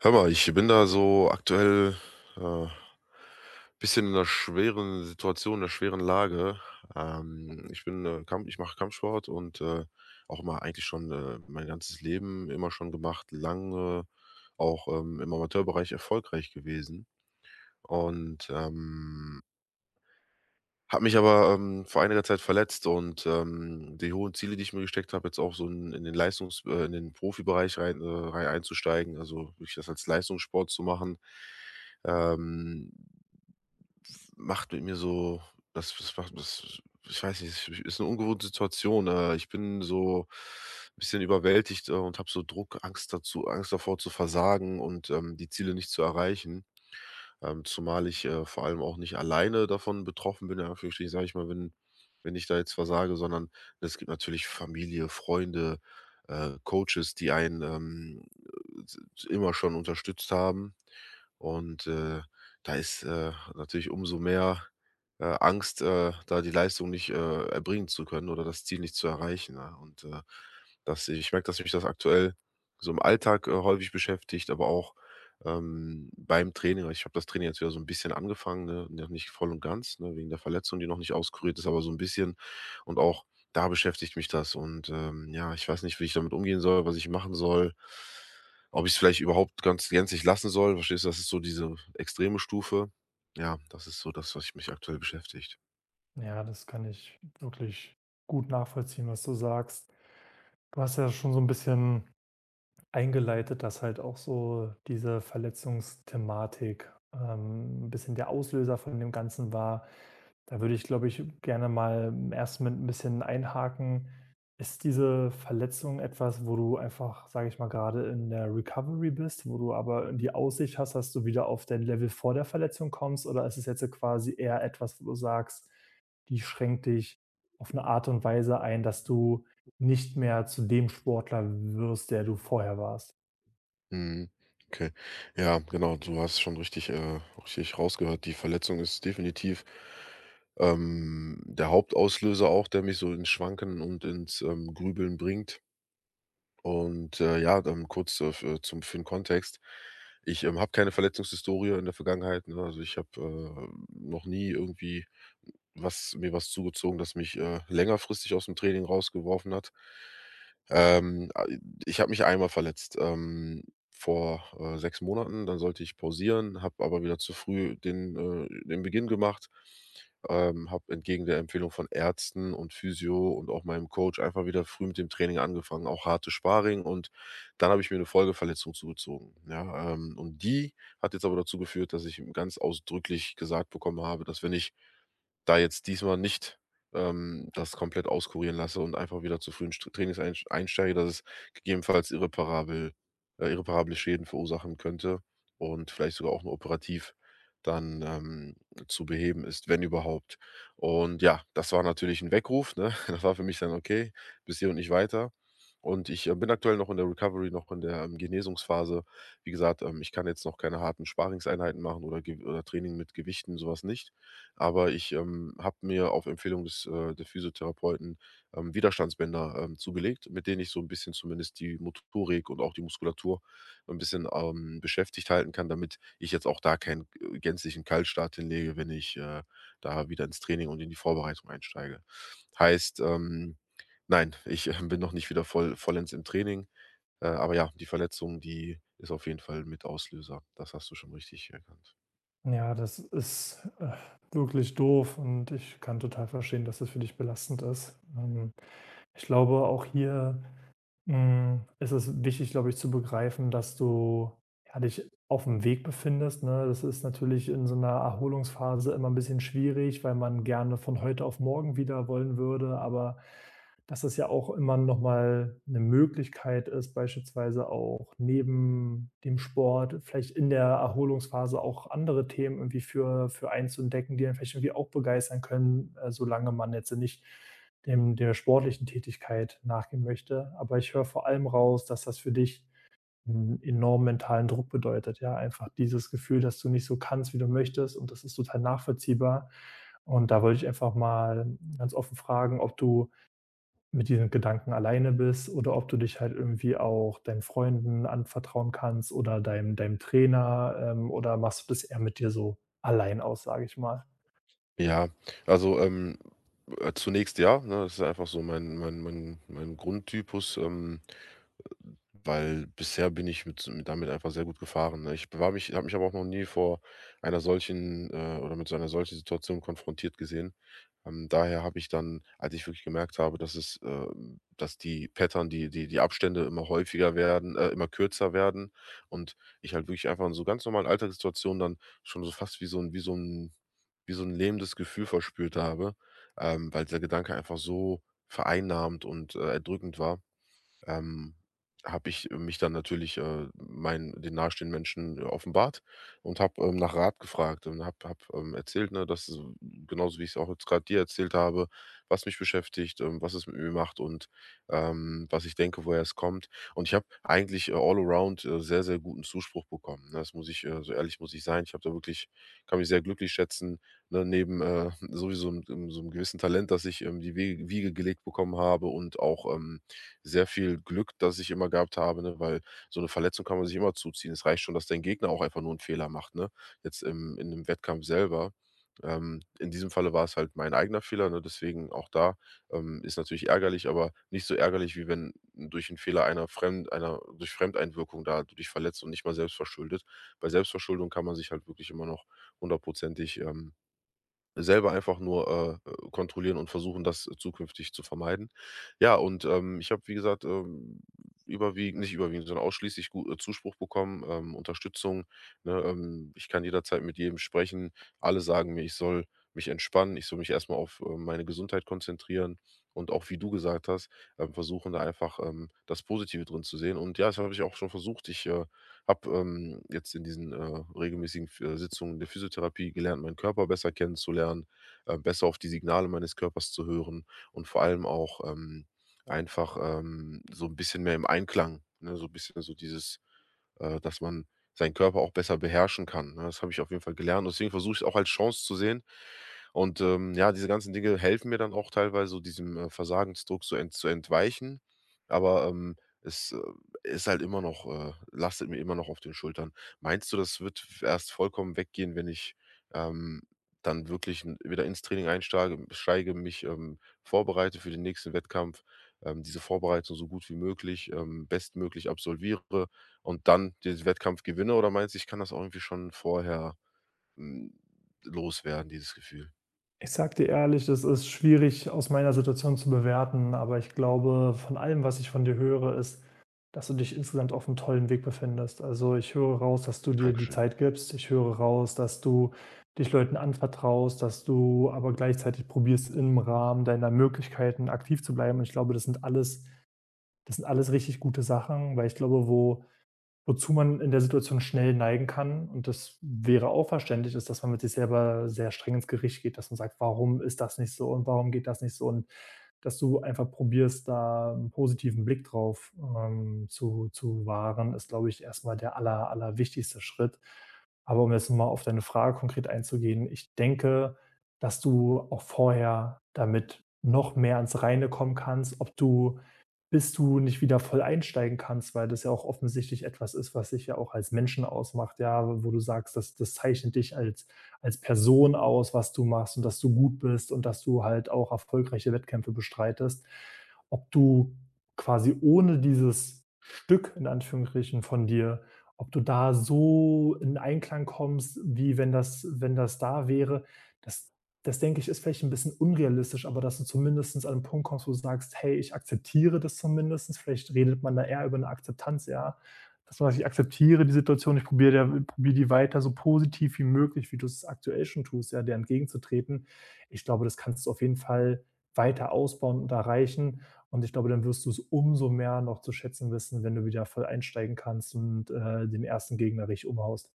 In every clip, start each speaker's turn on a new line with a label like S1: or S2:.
S1: Hör mal, ich bin da so aktuell äh, bisschen in 'ner schweren Situation, in 'ner schweren Lage. Ich bin, Kamp ich mache Kampfsport und, auch immer eigentlich schon, mein ganzes Leben immer schon gemacht, lange auch, im Amateurbereich erfolgreich gewesen und, habe mich aber, vor einiger Zeit verletzt und, die hohen Ziele, die ich mir gesteckt habe, jetzt auch so in den Leistungs in den Profibereich rein rei einzusteigen, also wirklich das als Leistungssport zu machen, ähm, macht mit mir so das das macht das ich weiß nicht, es ist eine ungewohnte Situation. Ich bin so ein bisschen überwältigt, und habe so Druck, Angst dazu Angst davor zu versagen und, die Ziele nicht zu erreichen. Zumal ich, vor allem auch nicht alleine davon betroffen bin, in Anführungsstrichen, sage ich mal, wenn ich da jetzt versage, sondern es gibt natürlich Familie, Freunde, Coaches, die einen, immer schon unterstützt haben. Und, da ist, natürlich umso mehr, Angst, da die Leistung nicht, erbringen zu können oder das Ziel nicht zu erreichen, ne? Und, dass ich merke, dass mich das aktuell so im Alltag, häufig beschäftigt, aber auch beim Training. Also ich habe das Training jetzt wieder so ein bisschen angefangen, ne, noch nicht voll und ganz, ne, wegen der Verletzung, die noch nicht auskuriert ist, aber so ein bisschen. Und auch da beschäftigt mich das und, ja, ich weiß nicht, wie ich damit umgehen soll, was ich machen soll, ob ich es vielleicht überhaupt ganz gänzlich lassen soll. Verstehst du? Das ist so diese extreme Stufe. Ja, das ist so das, was ich mich aktuell beschäftigt.
S2: Ja, das kann ich wirklich gut nachvollziehen, was du sagst. Du hast ja schon so ein bisschen eingeleitet, dass halt auch so diese Verletzungsthematik, ein bisschen der Auslöser von dem Ganzen war. Da würde ich, glaube ich, gerne mal erst mit ein bisschen einhaken. Ist diese Verletzung etwas, wo du einfach, sage ich mal, gerade in der Recovery bist, wo du aber die Aussicht hast, dass du wieder auf dein Level vor der Verletzung kommst? Oder ist es jetzt so quasi eher etwas, wo du sagst, die schränkt dich auf eine Art und Weise ein, dass du nicht mehr zu dem Sportler wirst, der du vorher warst.
S1: Mhm. Okay. Ja, genau, du hast schon richtig rausgehört. Die Verletzung ist definitiv, der Hauptauslöser auch, der mich so ins Schwanken und ins, Grübeln bringt. Und, ja, dann kurz, für den Kontext. Ich, habe keine Verletzungshistorie in der Vergangenheit, ne? Also, ich habe, noch nie irgendwie was mir was zugezogen, das mich, längerfristig aus dem Training rausgeworfen hat. A Ich habe mich einmal verletzt, vor, 6 Monaten. Dann sollte ich pausieren, habe aber wieder zu früh den Beginn gemacht, habe entgegen der Empfehlung von Ärzten und Physio und auch meinem Coach einfach wieder früh mit dem Training angefangen, auch harte Sparring und dann habe ich mir eine Folgeverletzung zugezogen, ja, und die hat jetzt aber dazu geführt, dass ich ganz ausdrücklich gesagt bekommen habe, dass wenn ich da jetzt diesmal nicht, das komplett auskurieren lasse und einfach wieder zu früh in St Trainings einsch einsteige, dass es gegebenenfalls irreparabel irreparable Schäden verursachen könnte und vielleicht sogar auch nur operativ dann, zu beheben ist, wenn überhaupt. Und ja, das war natürlich ein Weckruf, ne? Das war für mich dann: „Okay, bis hier und nicht weiter.“ Und ich, bin aktuell noch in der Recovery, noch in der, Genesungsphase. Wie gesagt, ich kann jetzt noch keine harten Sparringseinheiten machen oder Ge oder Training mit Gewichten, sowas nicht. Aber ich, habe mir auf Empfehlung des Physiotherapeuten, Widerstandsbänder, zugelegt, mit denen ich so ein bisschen zumindest die Motorik und auch die Muskulatur ein bisschen, beschäftigt halten kann, damit ich jetzt auch da keinen, gänzlichen Kaltstart hinlege, wenn ich, da wieder ins Training und in die Vorbereitung einsteige. Heißt, nein, ich, bin noch nicht wieder vollends im Training, aber ja, die Verletzung, die ist auf jeden Fall mit Auslöser. Das hast du schon richtig erkannt.
S2: Ja, das ist wirklich doof und ich kann total verstehen, dass das für dich belastend ist. Ich glaube, auch hier ist es wichtig, glaube ich, zu begreifen, dass du ja, dich auf dem Weg befindest. Ne? Das ist natürlich in so einer Erholungsphase immer ein bisschen schwierig, weil man gerne von heute auf morgen wieder wollen würde, aber dass es ja auch immer noch mal 'ne Möglichkeit ist, beispielsweise auch neben dem Sport vielleicht in der Erholungsphase auch andere Themen irgendwie für einen, die einen vielleicht irgendwie auch begeistern können, solange man jetzt nicht dem der sportlichen Tätigkeit nachgehen möchte. Aber ich höre vor allem raus, dass das für dich 'n enormen mentalen Druck bedeutet, ja? Einfach dieses Gefühl, dass du nicht so kannst, wie du möchtest und das ist total nachvollziehbar. Und da wollte ich einfach mal ganz offen fragen, ob du mit diesen Gedanken alleine bist oder ob du dich halt irgendwie auch deinen Freunden anvertrauen kannst oder deinem Trainer, oder machst du das eher mit dir so allein aus, sage ich mal?
S1: Ja, also, zunächst ja, ne? Das ist einfach so mein Grundtypus, weil bisher bin ich mit damit einfach sehr gut gefahren, ne? Ich war mich habe mich aber auch noch nie vor einer solchen, oder mit so einer solchen Situation konfrontiert gesehen. Daher habe ich dann, als ich wirklich gemerkt habe, dass die Pattern, die Abstände immer häufiger werden, immer kürzer werden, und ich halt wirklich einfach in so ganz normalen Alltagssituationen dann schon so fast wie so ein lähmendes Gefühl verspürt habe, weil der Gedanke einfach so vereinnahmt und, erdrückend war, ähm, habe ich mich dann natürlich, meinen den nahestehenden Menschen offenbart und habe, nach Rat gefragt und habe, erzählt, ne, dass es genauso wie ich es auch jetzt gerade dir erzählt habe, was mich beschäftigt, was es mit mir macht und, was ich denke, woher es kommt. Und ich habe eigentlich, all around, sehr, sehr guten Zuspruch bekommen, ne? Das muss ich, so ehrlich muss ich sein. Ich habe da wirklich kann mich sehr glücklich schätzen, ne, neben, sowieso so einem gewissen Talent, das ich, die We Wiege gelegt bekommen habe und auch, sehr viel Glück, das ich immer gehabt habe, ne, weil so eine Verletzung kann man sich immer zuziehen. Es reicht schon, dass dein Gegner auch einfach nur einen Fehler macht, ne? Jetzt im in dem Wettkampf selber. In diesem Falle war es halt mein eigener Fehler, ne, deswegen auch da, ist natürlich ärgerlich, aber nicht so ärgerlich, wie wenn durch einen Fehler einer durch Fremdeinwirkung da du dich verletzt und nicht mal selbst verschuldet. Bei Selbstverschuldung kann man sich halt wirklich immer noch hundertprozentig, selber einfach nur, kontrollieren und versuchen, das zukünftig zu vermeiden. Ja, und, ich habe, wie gesagt, überwiegend nicht überwiegend, sondern ausschließlich gu Zuspruch bekommen, Unterstützung, ne? Ich kann jederzeit mit jedem sprechen. Alle sagen mir, ich soll mich entspannen, ich soll mich erstmal auf, meine Gesundheit konzentrieren und auch, wie du gesagt hast, versuchen, da einfach, das Positive drin zu sehen. Und ja, das habe ich auch schon versucht. Ich habe jetzt in diesen regelmäßigen F Sitzungen der Physiotherapie gelernt, meinen Körper besser kennenzulernen, besser auf die Signale meines Körpers zu hören und vor allem auch einfach so ein bisschen mehr im Einklang, ne, so ein bisschen so dieses dass man seinen Körper auch besser beherrschen kann, ne? Das habe ich auf jeden Fall gelernt. Und deswegen versuche ich's auch als Chance zu sehen. Und, ja, diese ganzen Dinge helfen mir dann auch teilweise so diesem, Versagensdruck so ent zu entweichen. Aber, es, ist halt immer noch lastet mir immer noch auf den Schultern. Meinst du, das wird erst vollkommen weggehen, wenn ich, ähm, dann wirklich 'n wieder ins Training einsteige steige, mich, vorbereite für den nächsten Wettkampf, diese Vorbereitung so gut wie möglich, bestmöglich absolviere und dann den Wettkampf gewinne, oder meinst du, ich kann das auch irgendwie schon vorher, hm, loswerden, dieses Gefühl?
S2: Ich sage dir ehrlich, das ist schwierig aus meiner Situation zu bewerten, aber ich glaube, von allem, was ich von dir höre, ist, dass du dich insgesamt auf einem tollen Weg befindest. Also, ich höre raus, dass du dir die
S1: Dankeschön.
S2: Zeit gibst. Ich höre raus, dass du dich Leuten anvertraust, dass du aber gleichzeitig probierst, im Rahmen deiner Möglichkeiten aktiv zu bleiben. Und ich glaube, das sind alles richtig gute Sachen, weil ich glaube, wo wozu man in der Situation schnell neigen kann und das wäre auch verständlich, ist, dass man mit sich selber sehr streng ins Gericht geht, dass man sagt: „Warum ist das nicht so und warum geht das nicht so?“ Und dass du einfach probierst, da einen positiven Blick drauf, zu wahren, ist, glaube ich, erstmal der aller wichtigste Schritt. Aber um jetzt mal auf deine Frage konkret einzugehen, ich denke, dass du auch vorher damit noch mehr ans Reine kommen kannst, ob du bis du nicht wieder voll einsteigen kannst, weil das ja auch offensichtlich etwas ist, was dich ja auch als Menschen ausmacht, ja, wo du sagst, das zeichnet dich als als Person aus, was du machst und dass du gut bist und dass du halt auch erfolgreiche Wettkämpfe bestreitest. Ob du quasi ohne dieses Stück in Anführungsstrichen von dir ob du da so in Einklang kommst, wie wenn das da wäre, das das denke ich, ist vielleicht ein bisschen unrealistisch, aber dass du zumindestens an 'n Punkt kommst, wo du sagst: „Hey, ich akzeptiere das zumindestens.“ Vielleicht redet man da eher über eine Akzeptanz, ja? Dass man sagt: „Ich akzeptiere die Situation, ich probiere der probiere die weiter so positiv wie möglich, wie du es aktuell schon tust, ja, der entgegenzutreten.“ Ich glaube, das kannst du auf jeden Fall weiter ausbauen und erreichen und ich glaube, dann wirst du es umso mehr noch zu schätzen wissen, wenn du wieder voll einsteigen kannst und, den 1. Gegner richtig umhaust.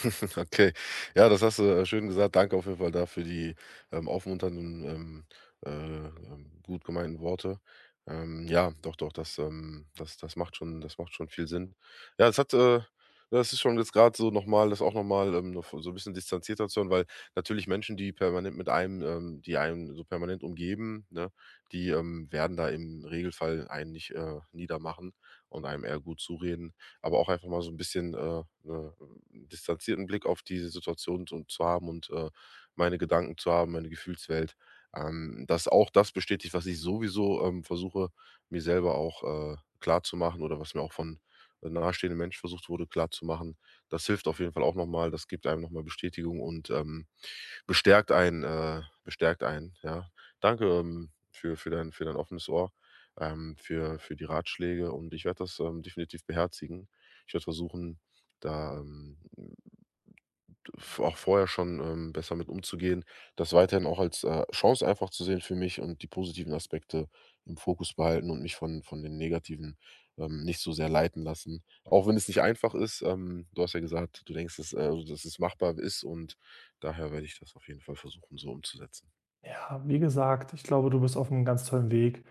S1: Okay. Ja, das hast du, schön gesagt. Danke auf jeden Fall dafür die, aufmunternden, gut gemeinten Worte. Ja, doch, doch, das, das das macht schon viel Sinn. Ja, das ist schon jetzt gerade so nochmal, mal das auch nochmal noch so ein bisschen distanzierter zu hören, weil natürlich Menschen, die einen so permanent umgeben, ne, die, werden da im Regelfall einen nicht, niedermachen und einem eher gut zureden, aber auch einfach mal so ein bisschen, 'ne distanzierten Blick auf diese Situation zu haben und, meine Gedanken zu haben, meine Gefühlswelt, dass auch das bestätigt, was ich sowieso, versuche, mir selber auch, klarzumachen oder was mir auch von, nahestehenden Menschen versucht wurde klarzumachen. Das hilft auf jeden Fall auch nochmal. Das gibt einem nochmal Bestätigung und, bestärkt einen, ja. Danke, für dein offenes Ohr, für die Ratschläge und ich werde das, definitiv beherzigen. Ich werde versuchen, da, auch vorher schon, besser mit umzugehen, das weiterhin auch als, Chance einfach zu sehen für mich und die positiven Aspekte im Fokus behalten und mich von den negativen, nicht so sehr leiten lassen. Auch wenn es nicht einfach ist, du hast ja gesagt, du denkst, dass es machbar ist und daher werde ich das auf jeden Fall versuchen, so umzusetzen.
S2: Ja, wie gesagt, ich glaube, du bist auf einem ganz tollen Weg.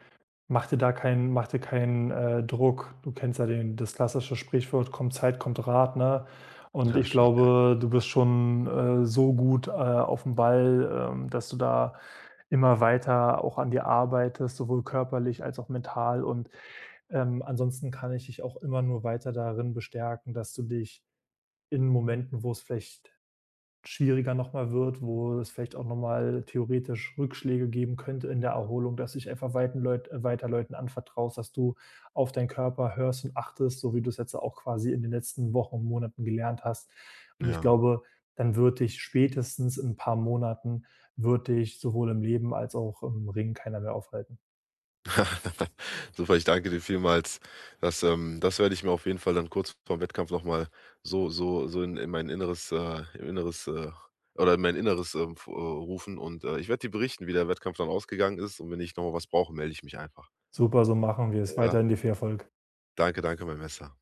S2: Mach dir da keinen mach dir keinen, Druck. Du kennst ja den das klassische Sprichwort: „Kommt Zeit, kommt Rat“, ne? Und
S1: Ja,
S2: ich
S1: stimmt, ja.
S2: glaube, du bist schon, so gut, auf dem Ball, dass du da immer weiter auch an dir arbeitest, sowohl körperlich als auch mental. Und, ansonsten kann ich dich auch immer nur weiter darin bestärken, dass du dich in Momenten, wo es vielleicht schwieriger noch mal wird, wo es vielleicht auch noch mal theoretisch Rückschläge geben könnte in der Erholung, dass ich einfach weiten Leut weiter Leuten anvertraust, dass du auf deinen Körper hörst und achtest, so wie du es jetzt auch quasi in den letzten Wochen und Monaten gelernt hast. Und ich
S1: Ja.
S2: glaube, dann wird dich spätestens in ein paar Monaten wird dich sowohl im Leben als auch im Ring keiner mehr aufhalten.
S1: Super, ich danke dir vielmals. Das werde ich mir auf jeden Fall dann kurz vor dem Wettkampf nochmal in mein inneres, im inneres oder in mein Inneres rufen und ich werde dir berichten, wie der Wettkampf dann ausgegangen ist und wenn ich nochmal was brauche, melde ich mich einfach.
S2: Super, so machen wir's.
S1: Ja,
S2: Weiterhin dir viel Erfolg.
S1: danke, danke, mein Messer.